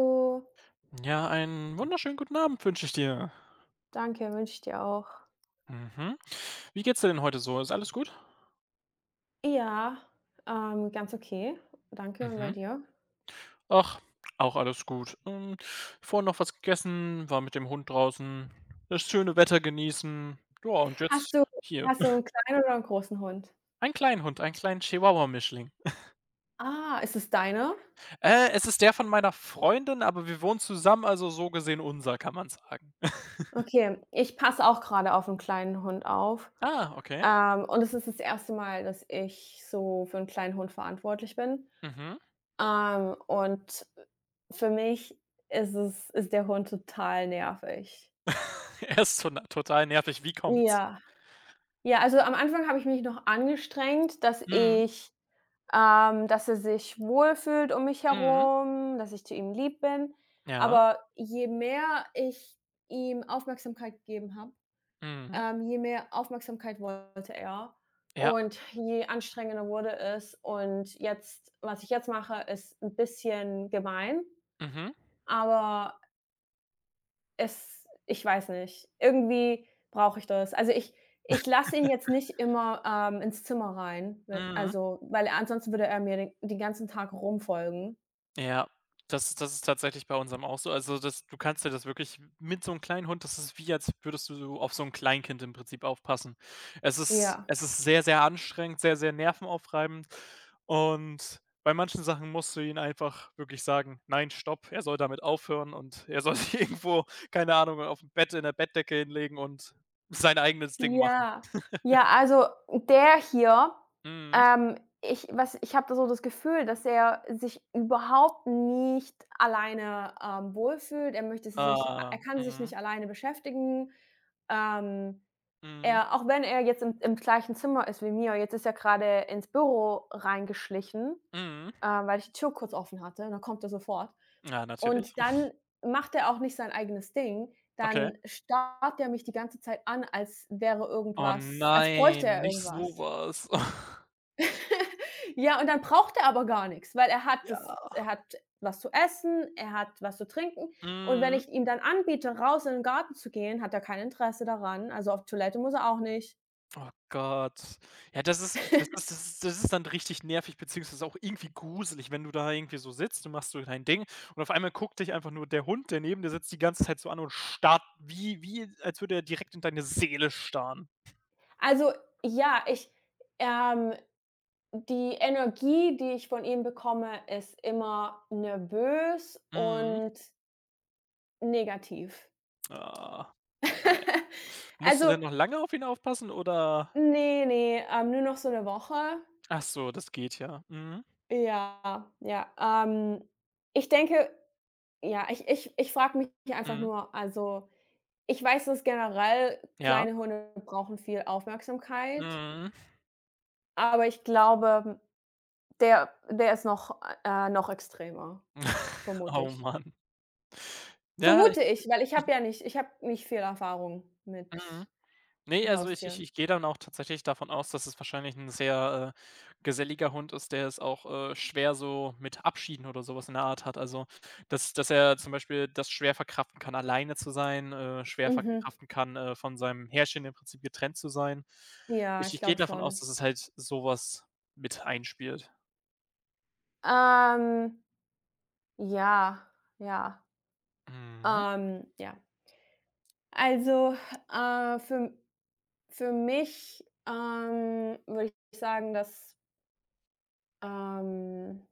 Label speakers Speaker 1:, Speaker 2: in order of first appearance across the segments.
Speaker 1: Oh,
Speaker 2: Ja, einen wunderschönen guten Abend wünsche ich dir.
Speaker 1: danke, wünsche ich dir auch.
Speaker 2: Mhm. Wie geht's dir denn heute so? Ist alles gut?
Speaker 1: Ja, ganz okay. Danke und bei
Speaker 2: Mhm.
Speaker 1: dir?
Speaker 2: Ach, auch alles gut. Vorhin noch was gegessen, war mit dem Hund draußen, das schöne Wetter genießen. Ja, und jetzt
Speaker 1: Hast du
Speaker 2: hier.
Speaker 1: Hast du einen kleinen oder einen großen Hund?
Speaker 2: Ein kleinen Hund, einen kleinen Chihuahua-Mischling.
Speaker 1: Ah, ist es deiner?
Speaker 2: Es ist der von meiner Freundin, aber wir wohnen zusammen, also so gesehen unser, kann man sagen.
Speaker 1: Okay, ich passe auch gerade auf einen kleinen Hund auf.
Speaker 2: Ah, okay.
Speaker 1: Und es ist das erste Mal, dass ich so für einen kleinen Hund verantwortlich bin.
Speaker 2: Mhm.
Speaker 1: Und für mich ist der Hund total nervig.
Speaker 2: Er ist to total nervig. Wie kommt's?
Speaker 1: Ja. Ja, also am Anfang habe ich mich noch angestrengt, dass
Speaker 2: Mhm,
Speaker 1: ich dass er sich wohlfühlt um mich
Speaker 2: mhm.
Speaker 1: herum, dass ich zu ihm lieb bin.
Speaker 2: Ja.
Speaker 1: Aber je mehr ich ihm Aufmerksamkeit gegeben habe,
Speaker 2: Mhm.
Speaker 1: je mehr Aufmerksamkeit wollte er
Speaker 2: Ja.
Speaker 1: und je anstrengender wurde es. Und jetzt, was ich jetzt mache, ist ein bisschen gemein,
Speaker 2: Mhm.
Speaker 1: aber es ich weiß nicht. Irgendwie brauche ich das. Also, ich lasse ihn jetzt nicht immer, ins Zimmer rein,
Speaker 2: Mhm.
Speaker 1: weil er, ansonsten würde er mir den ganzen Tag rumfolgen.
Speaker 2: Ja, das ist tatsächlich bei unserem auch so. Also, das du kannst dir das wirklich mit so einem kleinen Hund, das ist wie, als würdest du so auf so ein Kleinkind im Prinzip aufpassen. Es ist
Speaker 1: Ja.
Speaker 2: es ist sehr, sehr anstrengend, sehr, sehr nervenaufreibend, und bei manchen Sachen musst du ihn einfach wirklich sagen: „Nein, stopp, er soll damit aufhören und er soll sich irgendwo, keine Ahnung, auf dem Bett in der Bettdecke hinlegen und sein eigenes Ding machen.“
Speaker 1: Ja. Ja, also, der hier,
Speaker 2: Mhm.
Speaker 1: ähm, ich habe da so das Gefühl, dass er sich überhaupt nicht alleine, wohlfühlt. Er
Speaker 2: Ah,
Speaker 1: kann sich
Speaker 2: mhm,
Speaker 1: nicht alleine beschäftigen. Ähm
Speaker 2: mhm,
Speaker 1: Er, auch wenn er jetzt im gleichen Zimmer ist wie mir, jetzt ist er gerade ins Büro reingeschlichen,
Speaker 2: mhm.
Speaker 1: weil ich die Tür kurz offen hatte und dann kommt er sofort.
Speaker 2: Ja, natürlich.
Speaker 1: Und dann macht er auch nicht sein eigenes Ding,
Speaker 2: Okay.
Speaker 1: dann starrt er mich die ganze Zeit an, als wäre
Speaker 2: Oh
Speaker 1: irgendwas, als bräuchte
Speaker 2: nein,
Speaker 1: er
Speaker 2: nicht
Speaker 1: irgendwas.
Speaker 2: sowas.
Speaker 1: Ja, und dann braucht er aber gar nichts, weil er hat
Speaker 2: Ja.
Speaker 1: was zu essen, er hat was zu trinken und wenn
Speaker 2: Mhm.
Speaker 1: ich ihm dann anbiete, raus in den Garten zu gehen, hat er kein Interesse daran. Also, auf Toilette muss er auch nicht.
Speaker 2: Oh Gott. Ja, das ist dann richtig nervig, beziehungsweise auch irgendwie gruselig, wenn du da irgendwie so sitzt und machst so dein Ding und auf einmal guckt dich einfach nur der Hund, der neben dir sitzt, die ganze Zeit so an und starrt, wie als würde er direkt in deine Seele starren.
Speaker 1: Also, ja, ich, ähm, die Energie, die ich von ihm bekomme, ist immer nervös
Speaker 2: Mhm.
Speaker 1: und negativ.
Speaker 2: Ah, na ja. Musst du denn
Speaker 1: Also,
Speaker 2: noch lange auf ihn aufpassen oder
Speaker 1: nee, nur noch so eine Woche.
Speaker 2: ach so, das geht ja. Mhm.
Speaker 1: Ja, ja. Ich denke, ja, ich frage mich einfach
Speaker 2: Mhm.
Speaker 1: nur, also, ich weiß, dass generell
Speaker 2: Ja.
Speaker 1: kleine Hunde brauchen viel Aufmerksamkeit,
Speaker 2: Mhm.
Speaker 1: aber ich glaube, der ist noch, noch extremer. Vermute
Speaker 2: Oh
Speaker 1: ich.
Speaker 2: Mann. Ja,
Speaker 1: Vermute ich, weil
Speaker 2: ich.
Speaker 1: ich habe nicht viel Erfahrung mit
Speaker 2: Mhm. Ne, also ich ich
Speaker 1: Haustieren.
Speaker 2: ich gehe dann auch tatsächlich davon aus, dass es wahrscheinlich 'n sehr, geselliger Hund ist, der es auch, schwer so mit Abschieden oder so was in der Art hat. Also, dass er zum Beispiel das schwer verkraften kann, alleine zu sein, schwer
Speaker 1: Mhm.
Speaker 2: verkraften kann, von seinem Herrchen im Prinzip getrennt zu sein.
Speaker 1: Ja,
Speaker 2: Ich
Speaker 1: ich
Speaker 2: ich gehe
Speaker 1: glaube
Speaker 2: davon aus,
Speaker 1: schon.
Speaker 2: dass es halt so was mit einspielt.
Speaker 1: Ähm, ja, ja,
Speaker 2: Mhm,
Speaker 1: ja. Also, äh, für für mich, würde ich sagen, dass, ähm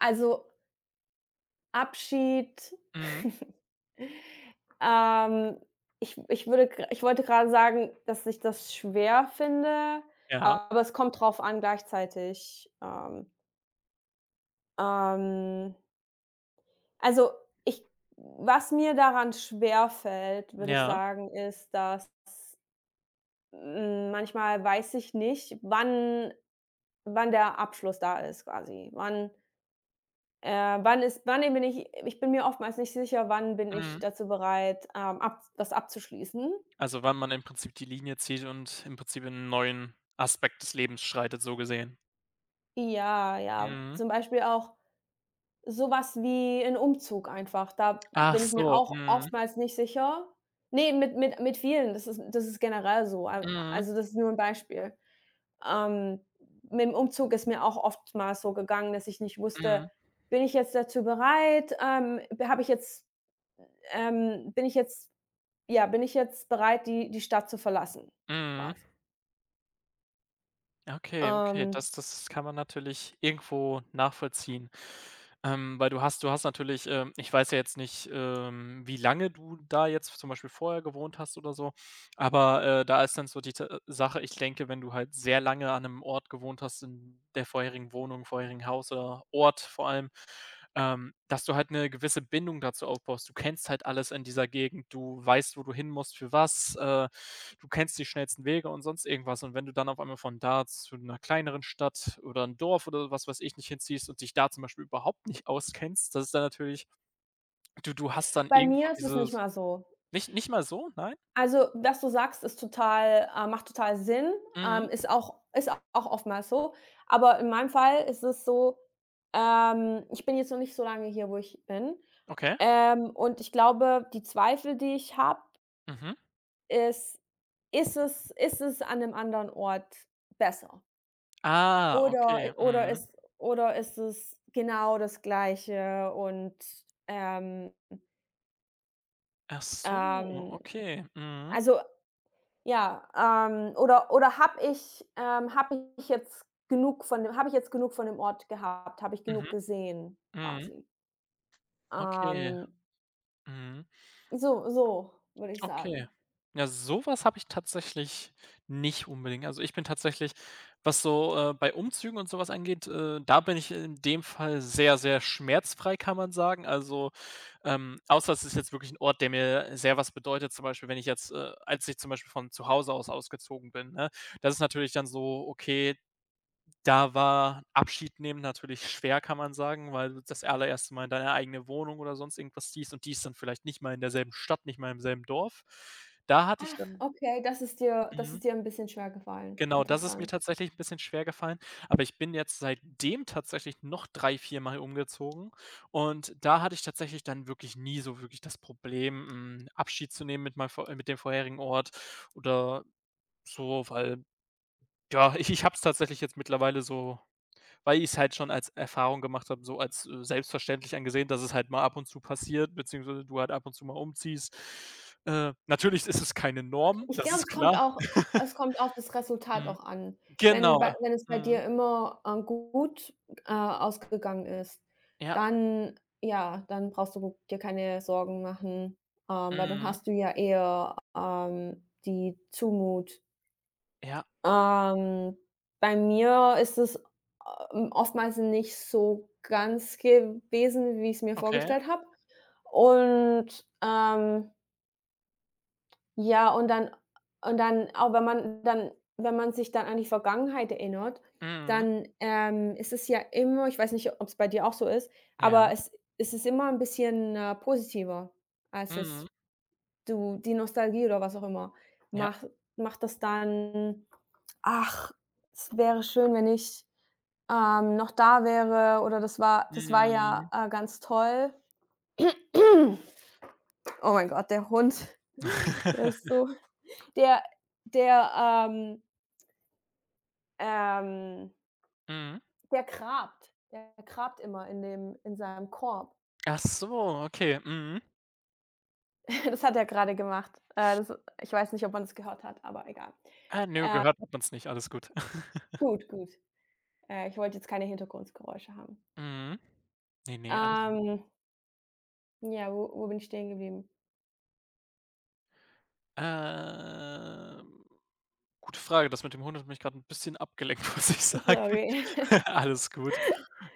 Speaker 1: also, Abschied.
Speaker 2: mhm,
Speaker 1: Ähm, ich würde gr ich wollte gerade sagen, dass ich das schwer finde,
Speaker 2: ja,
Speaker 1: aber es kommt drauf an gleichzeitig. Ähm, also, ich was mir daran schwer fällt, würde ich
Speaker 2: ja,
Speaker 1: sagen, ist, dass, manchmal weiß ich nicht, wann der Abschluss da ist, quasi. Wann bin ich bin mir oftmals nicht sicher, wann bin ich
Speaker 2: mhm.
Speaker 1: dazu bereit, ab das abzuschließen.
Speaker 2: Also, wann man im Prinzip die Linie zieht und im Prinzip in 'nen neuen Aspekt des Lebens schreitet, so gesehen.
Speaker 1: Ja, ja.
Speaker 2: Mhm.
Speaker 1: Zum Beispiel auch sowas wie 'n Umzug einfach. Da
Speaker 2: Ach
Speaker 1: bin ich mir
Speaker 2: so,
Speaker 1: auch
Speaker 2: mhm,
Speaker 1: oftmals nicht sicher. Ne, mit mit vielen, das ist generell so. Al
Speaker 2: mhm,
Speaker 1: Also, das ist nur 'n Beispiel. Ähm, mit 'm Umzug ist mir auch oftmals so gegangen, dass ich nicht wusste:
Speaker 2: mhm,
Speaker 1: „Bin ich jetzt dazu bereit? B Habe ich jetzt ähm, bin ich jetzt ja, bin ich jetzt bereit, die Stadt zu verlassen?“
Speaker 2: mhm.
Speaker 1: Quasi.
Speaker 2: Okay, okay,
Speaker 1: Ähm,
Speaker 2: das kann man natürlich irgendwo nachvollziehen. Weil du hast natürlich, ich weiß ja jetzt nicht, wie lange du da jetzt zum Beispiel vorher gewohnt hast oder so. Aber, da ist dann so die T Sache, ich denke, wenn du halt sehr lange an einem Ort gewohnt hast, in der vorherigen Wohnung, vorherigen Haus oder Ort vor allem, dass du halt eine gewisse Bindung dazu aufbaust. Du kennst halt alles in dieser Gegend, du weißt, wo du hin musst, für was, du kennst die schnellsten Wege und sonst irgendwas. Und wenn du dann auf einmal von da zu einer kleineren Stadt oder ein Dorf oder was weiß ich nicht hinziehst und dich da zum Beispiel überhaupt nicht auskennst, das ist dann natürlich du hast dann
Speaker 1: Bei
Speaker 2: irgendwo
Speaker 1: mir ist es nicht
Speaker 2: dieses
Speaker 1: mal so.
Speaker 2: nicht nicht mal so? Nein?
Speaker 1: Also, was du sagst, ist total macht total Sinn,
Speaker 2: Mhm.
Speaker 1: ist auch oftmals so. Aber in meinem Fall ist es so, ich bin jetzt noch nicht so lange hier, wo ich bin.
Speaker 2: Okay.
Speaker 1: Und ich glaube, die Zweifel, die ich habe,
Speaker 2: Mhm.
Speaker 1: ist: ist es an 'nem anderen Ort besser?
Speaker 2: Ah, okay, mhm.
Speaker 1: Oder ist es genau das Gleiche und, ähm,
Speaker 2: Ach so,
Speaker 1: ähm
Speaker 2: okay. Mhm.
Speaker 1: also, ja, oder habe ich jetzt genug von dem Ort gehabt? Habe ich genug
Speaker 2: Mhm.
Speaker 1: gesehen,
Speaker 2: Mhm.
Speaker 1: quasi?
Speaker 2: Okay.
Speaker 1: Ähm,
Speaker 2: Mhm.
Speaker 1: so würde ich
Speaker 2: Okay.
Speaker 1: sagen.
Speaker 2: Ja, sowas habe ich tatsächlich nicht unbedingt. Also, ich bin tatsächlich, was so, bei Umzügen und sowas angeht, da bin ich in dem Fall sehr, sehr schmerzfrei, kann man sagen. Also, außer es ist jetzt wirklich ein Ort, der mir sehr was bedeutet, zum Beispiel, wenn ich jetzt, als ich zum Beispiel von zu Hause aus ausgezogen bin, ne? Das ist natürlich dann so: „Okay, da war Abschied nehmen natürlich schwer, kann man sagen, weil du das allererste Mal in deine eigene Wohnung oder sonst irgendwas ziehst und die ist dann vielleicht nicht mal in derselben Stadt, nicht mal im selben Dorf.“ Da hatte ich
Speaker 1: Ach.
Speaker 2: dann
Speaker 1: Okay, das ist dir,
Speaker 2: mhm,
Speaker 1: 'n bisschen schwer gefallen.
Speaker 2: genau, das ist mir
Speaker 1: Interessant.
Speaker 2: tatsächlich 'n bisschen schwer gefallen, aber ich bin jetzt seitdem tatsächlich noch 3, viermal umgezogen, und da hatte ich tatsächlich dann wirklich nie so wirklich das Problem, Abschied zu nehmen mit meinem vor mit dem vorherigen Ort oder so, weil, ja, ich habe es tatsächlich jetzt mittlerweile so. Weil ich es halt schon als Erfahrung gemacht habe, so als, selbstverständlich angesehen, dass es halt mal ab und zu passiert, beziehungsweise du halt ab und zu mal umziehst. Natürlich ist es keine Norm,
Speaker 1: Ich
Speaker 2: das
Speaker 1: glaube,
Speaker 2: ist klar.
Speaker 1: es kommt auf das Resultat
Speaker 2: Mhm.
Speaker 1: auch an.
Speaker 2: Genau.
Speaker 1: Wenn es bei
Speaker 2: Mhm.
Speaker 1: dir immer, gut, ausgegangen ist,
Speaker 2: Ja.
Speaker 1: dann, ja, dann brauchst du dir keine Sorgen machen, weil dann
Speaker 2: Mhm.
Speaker 1: hast du ja eher, die Zumut.
Speaker 2: Ja.
Speaker 1: Ähm, Bei mir ist es, oftmals nicht so ganz gewesen, wie ich's mir
Speaker 2: Okay.
Speaker 1: vorgestellt habe und, ja, und dann auch wenn man dann wenn man sich dann an die Vergangenheit erinnert,
Speaker 2: Mhm.
Speaker 1: dann, ist es ja immer, ich weiß nicht, ob es bei dir auch so ist, aber
Speaker 2: Ja.
Speaker 1: es ist immer ein bisschen, positiver, als
Speaker 2: Mhm.
Speaker 1: es du, die Nostalgie oder was auch immer
Speaker 2: Ja.
Speaker 1: macht, das dann: „Ach, es wäre schön, wenn ich, noch da wäre“ oder „das war,
Speaker 2: Mhm.
Speaker 1: ganz toll.“ Oh mein Gott, der Hund, der ist so. Der der, ähm ähm,
Speaker 2: Mhm.
Speaker 1: Der grabt. Der grabt immer in dem, in seinem Korb.
Speaker 2: Ach so, okay. Mhm.
Speaker 1: Das hat er gerade gemacht. Das Ich weiß nicht, ob man das gehört hat, aber egal.
Speaker 2: Ah, nö, gehört hat man's nicht, alles gut.
Speaker 1: Gut, gut. Ich wollte jetzt keine Hintergrundgeräusche haben.
Speaker 2: Mhm. Nee, ne, alles gut.
Speaker 1: Ähm, ja, wo bin ich stehen geblieben?
Speaker 2: Ähm, Gute Frage. Das mit dem Hund hat mich gerade 'n bisschen abgelenkt, muss ich sagen.
Speaker 1: Sorry.
Speaker 2: Alles gut.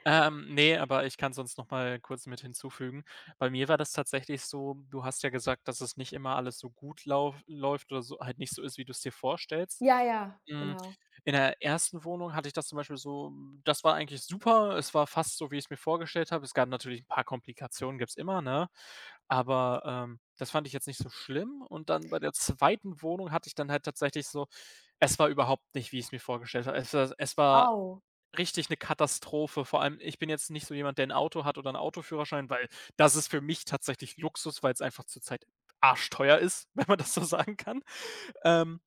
Speaker 2: Ne, aber ich kann sonst noch mal kurz mit hinzufügen. Bei mir war das tatsächlich so, du hast ja gesagt, dass es nicht immer alles so gut lauf läuft oder so halt nicht so ist, wie du's dir vorstellst.
Speaker 1: Ja, ja,
Speaker 2: Hm,
Speaker 1: genau.
Speaker 2: in der ersten Wohnung hatte ich das zum Beispiel so, das war eigentlich super. Es war fast so, wie ich's mir vorgestellt habe. Es gab natürlich 'n paar Komplikationen, gibt's immer, ne? Aber, das fand ich jetzt nicht so schlimm, und dann bei der zweiten Wohnung hatte ich dann halt tatsächlich so, es war überhaupt nicht, wie ich es mir vorgestellt habe. Es war
Speaker 1: Au.
Speaker 2: richtig eine Katastrophe. Vor allem, ich bin jetzt nicht so jemand, der ein Auto hat oder 'n Autoführerschein, weil das ist für mich tatsächlich Luxus, weil es einfach zurzeit arschteuer ist, wenn man das so sagen kann. Ähm,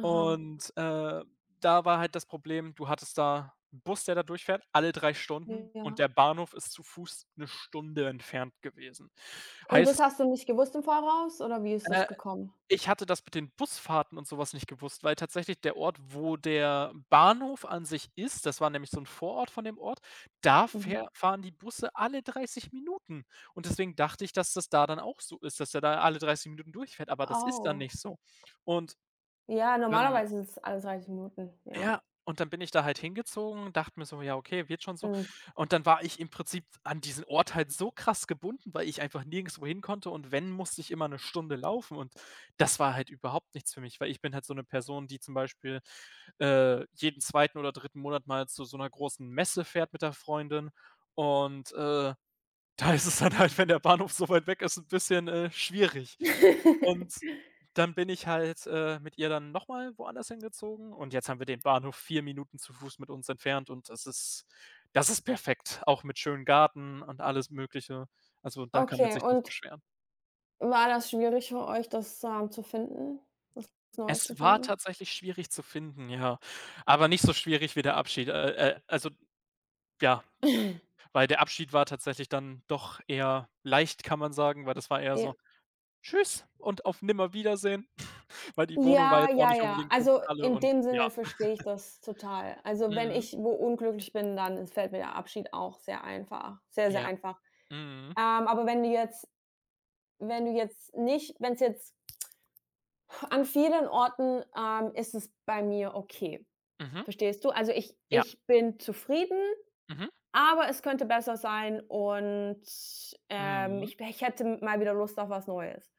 Speaker 1: Aha.
Speaker 2: und, da war halt das Problem, du hattest da 'n Bus, der da durchfährt, alle 3 Stunden, und
Speaker 1: Ja.
Speaker 2: der Bahnhof ist zu Fuß 1 Stunde entfernt gewesen.
Speaker 1: Und das
Speaker 2: Heißt,
Speaker 1: hast du nicht gewusst im Voraus oder wie ist
Speaker 2: äh
Speaker 1: das gekommen?
Speaker 2: ich hatte das mit den Busfahrten und sowas nicht gewusst, weil tatsächlich der Ort, wo der Bahnhof an sich ist, das war nämlich so 'n Vorort von dem Ort, da
Speaker 1: Mhm.
Speaker 2: fähr fahren die Busse alle 30 Minuten. Und deswegen dachte ich, dass das da dann auch so ist, dass der da alle 30 Minuten durchfährt, aber das ist dann
Speaker 1: Au.
Speaker 2: nicht so. Und
Speaker 1: Ja,
Speaker 2: dann
Speaker 1: normalerweise ist es alle 30 Minuten, ja.
Speaker 2: ja, und dann bin ich da halt hingezogen, dachte mir so: „Ja, okay, wird schon so.“
Speaker 1: Mhm.
Speaker 2: Und dann war ich im Prinzip an diesen Ort halt so krass gebunden, weil ich einfach nirgendswo hin konnte, und wenn, musste ich immer 1 Stunde laufen, und das war halt überhaupt nichts für mich, weil ich bin halt so eine Person, die zum Beispiel, jeden zweiten oder dritten Monat mal zu so einer großen Messe fährt mit der Freundin, und, da ist es dann halt, wenn der Bahnhof so weit weg ist, 'n bisschen, schwierig. Und dann bin ich halt, mit ihr dann noch mal woanders hingezogen, und jetzt haben wir den Bahnhof 4 Minuten zu Fuß mit uns entfernt, und das ist perfekt, auch mit schönem Garten und alles Mögliche. Also, da kann man
Speaker 1: Okay,
Speaker 2: sich nicht
Speaker 1: und
Speaker 2: beschweren.
Speaker 1: war das schwierig für euch, das, zu finden? Was Neues zu
Speaker 2: Es war
Speaker 1: finden?
Speaker 2: tatsächlich schwierig zu finden, ja, aber nicht so schwierig wie der Abschied. Also, ja, weil der Abschied war tatsächlich dann doch eher leicht, kann man sagen, weil das war eher
Speaker 1: Ja.
Speaker 2: so Tschüss und auf Nimmerwiedersehen, weil die Wohnung war
Speaker 1: Ja,
Speaker 2: jetzt auch
Speaker 1: ja,
Speaker 2: nicht
Speaker 1: ja.
Speaker 2: unbedingt so
Speaker 1: Also,
Speaker 2: pralle
Speaker 1: in
Speaker 2: und
Speaker 1: dem
Speaker 2: ja.
Speaker 1: Sinne verstehe ich das total. Also, wenn
Speaker 2: Mhm.
Speaker 1: ich wo unglücklich bin, dann fällt mir der Abschied auch sehr einfach, sehr, sehr
Speaker 2: Ja.
Speaker 1: einfach.
Speaker 2: Mhm.
Speaker 1: Aber wenn du jetzt wenn du jetzt nicht wenn es jetzt an vielen Orten, ist es bei mir okay.
Speaker 2: Mhm.
Speaker 1: Verstehst du? Also,
Speaker 2: Ja.
Speaker 1: ich bin zufrieden.
Speaker 2: Mhm.
Speaker 1: Aber es könnte besser sein und,
Speaker 2: Mhm.
Speaker 1: ich hätte mal wieder Lust auf was Neues.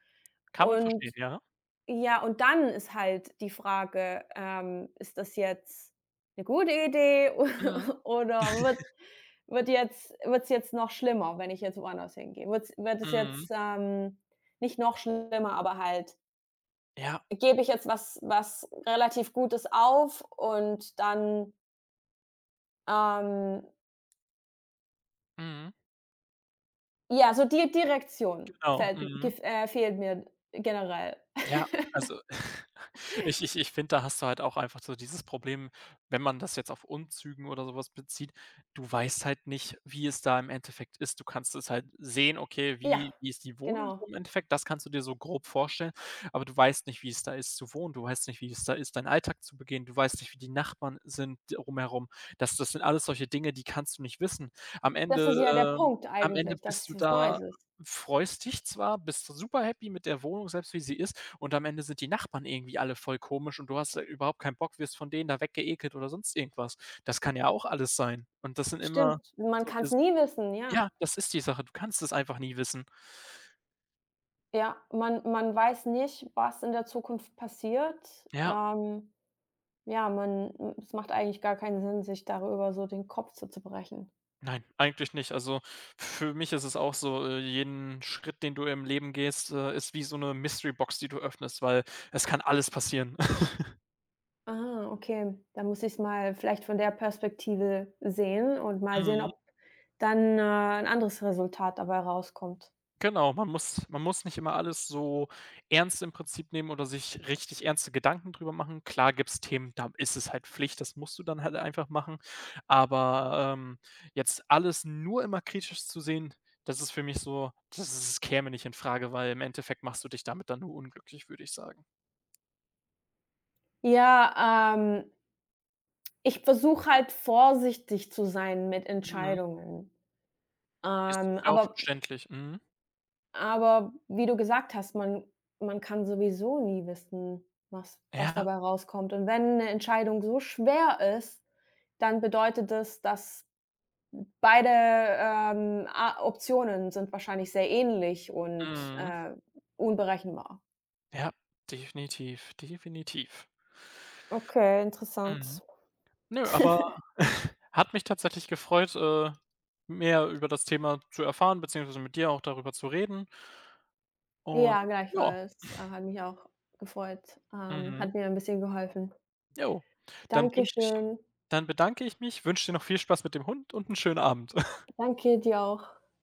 Speaker 2: Kann man verstehen,
Speaker 1: Und
Speaker 2: ja.
Speaker 1: ja, und dann ist halt die Frage, ist das jetzt eine gute Idee
Speaker 2: Mhm.
Speaker 1: oder wird wird jetzt wird's jetzt noch schlimmer, wenn ich jetzt woanders hingehe? Wird es
Speaker 2: Mhm.
Speaker 1: jetzt, nicht noch schlimmer, aber halt,
Speaker 2: Ja.
Speaker 1: gebe ich jetzt was, relativ Gutes auf und dann, ähm
Speaker 2: Mhm.
Speaker 1: ja, so die Direktion
Speaker 2: Genau.
Speaker 1: fällt
Speaker 2: Mhm.
Speaker 1: gef fehlt mir generell.
Speaker 2: Ja, also, ich finde, da hast du halt auch einfach so dieses Problem, wenn man das jetzt auf Umzügen oder sowas bezieht, du weißt halt nicht, wie es da im Endeffekt ist. Du kannst es halt sehen, okay,
Speaker 1: Ja,
Speaker 2: wie ist die Wohnung so
Speaker 1: genau.
Speaker 2: im Endeffekt, das kannst du dir so grob vorstellen, aber du weißt nicht, wie es da ist zu wohnen, du weißt nicht, wie es da ist, deinen Alltag zu begehen, du weißt nicht, wie die Nachbarn sind drumherum. Das sind alles solche Dinge, die kannst du nicht wissen. Am
Speaker 1: Das ist ja der
Speaker 2: Ende, ähm
Speaker 1: Punkt
Speaker 2: am Ende
Speaker 1: eigentlich, dass
Speaker 2: bist du
Speaker 1: es was
Speaker 2: da,
Speaker 1: Neues ist.
Speaker 2: freust dich zwar, bist super happy mit der Wohnung, selbst wie sie ist, und am Ende sind die Nachbarn irgendwie alle voll komisch, und du hast, überhaupt keinen Bock, wirst von denen da weggeekelt oder sonst irgendwas. Das kann ja auch alles sein. Und das sind immer
Speaker 1: Stimmt, man kann
Speaker 2: solche
Speaker 1: es
Speaker 2: S,
Speaker 1: nie wissen, ja.
Speaker 2: ja, das ist die Sache. Du kannst es einfach nie wissen.
Speaker 1: Ja, man weiß nicht, was in der Zukunft passiert.
Speaker 2: Ja,
Speaker 1: Ja, man es macht eigentlich gar keinen Sinn, sich darüber so den Kopf zu zerbrechen.
Speaker 2: nein, eigentlich nicht. Also, für mich ist es auch so, jeden Schritt, den du im Leben gehst, ist wie so eine Mystery Box, die du öffnest, weil es kann alles passieren.
Speaker 1: Ah, okay, dann muss ich es mal vielleicht von der Perspektive sehen und mal sehen, ob dann, 'n anderes Resultat dabei rauskommt.
Speaker 2: Genau, man muss nicht immer alles so ernst im Prinzip nehmen oder sich richtig ernste Gedanken drüber machen. Klar gibt's Themen, da ist es halt Pflicht, das musst du dann halt einfach machen. Aber, jetzt alles nur immer kritisch zu sehen, das ist für mich so, das es käme nicht in Frage, weil im Endeffekt machst du dich damit dann nur unglücklich, würde ich sagen.
Speaker 1: Ja, ich versuche halt vorsichtig zu sein mit
Speaker 2: Mhm.
Speaker 1: Entscheidungen.
Speaker 2: Ist
Speaker 1: Ähm,
Speaker 2: ist ja auch
Speaker 1: aber
Speaker 2: verständlich. Mhm.
Speaker 1: aber wie du gesagt hast, man kann sowieso nie wissen, was
Speaker 2: Ja,
Speaker 1: dabei rauskommt. Und wenn eine Entscheidung so schwer ist, dann bedeutet es, dass beide, A Optionen sind wahrscheinlich sehr ähnlich und,
Speaker 2: mhm.
Speaker 1: unberechenbar.
Speaker 2: Ja, definitiv, definitiv.
Speaker 1: Okay,
Speaker 2: Mhm.
Speaker 1: interessant.
Speaker 2: Nö, aber hat mich tatsächlich gefreut, mehr über das Thema zu erfahren, beziehungsweise mit dir auch darüber zu reden. Und
Speaker 1: Ja,
Speaker 2: ja,
Speaker 1: gleichfalls. Hat mich auch gefreut.
Speaker 2: mhm,
Speaker 1: Hat mir ein bisschen geholfen.
Speaker 2: jo. Dann wünsche ich
Speaker 1: Dankeschön.
Speaker 2: dann bedanke ich mich, wünsche dir noch viel Spaß mit dem Hund und einen schönen Abend.
Speaker 1: Danke dir auch.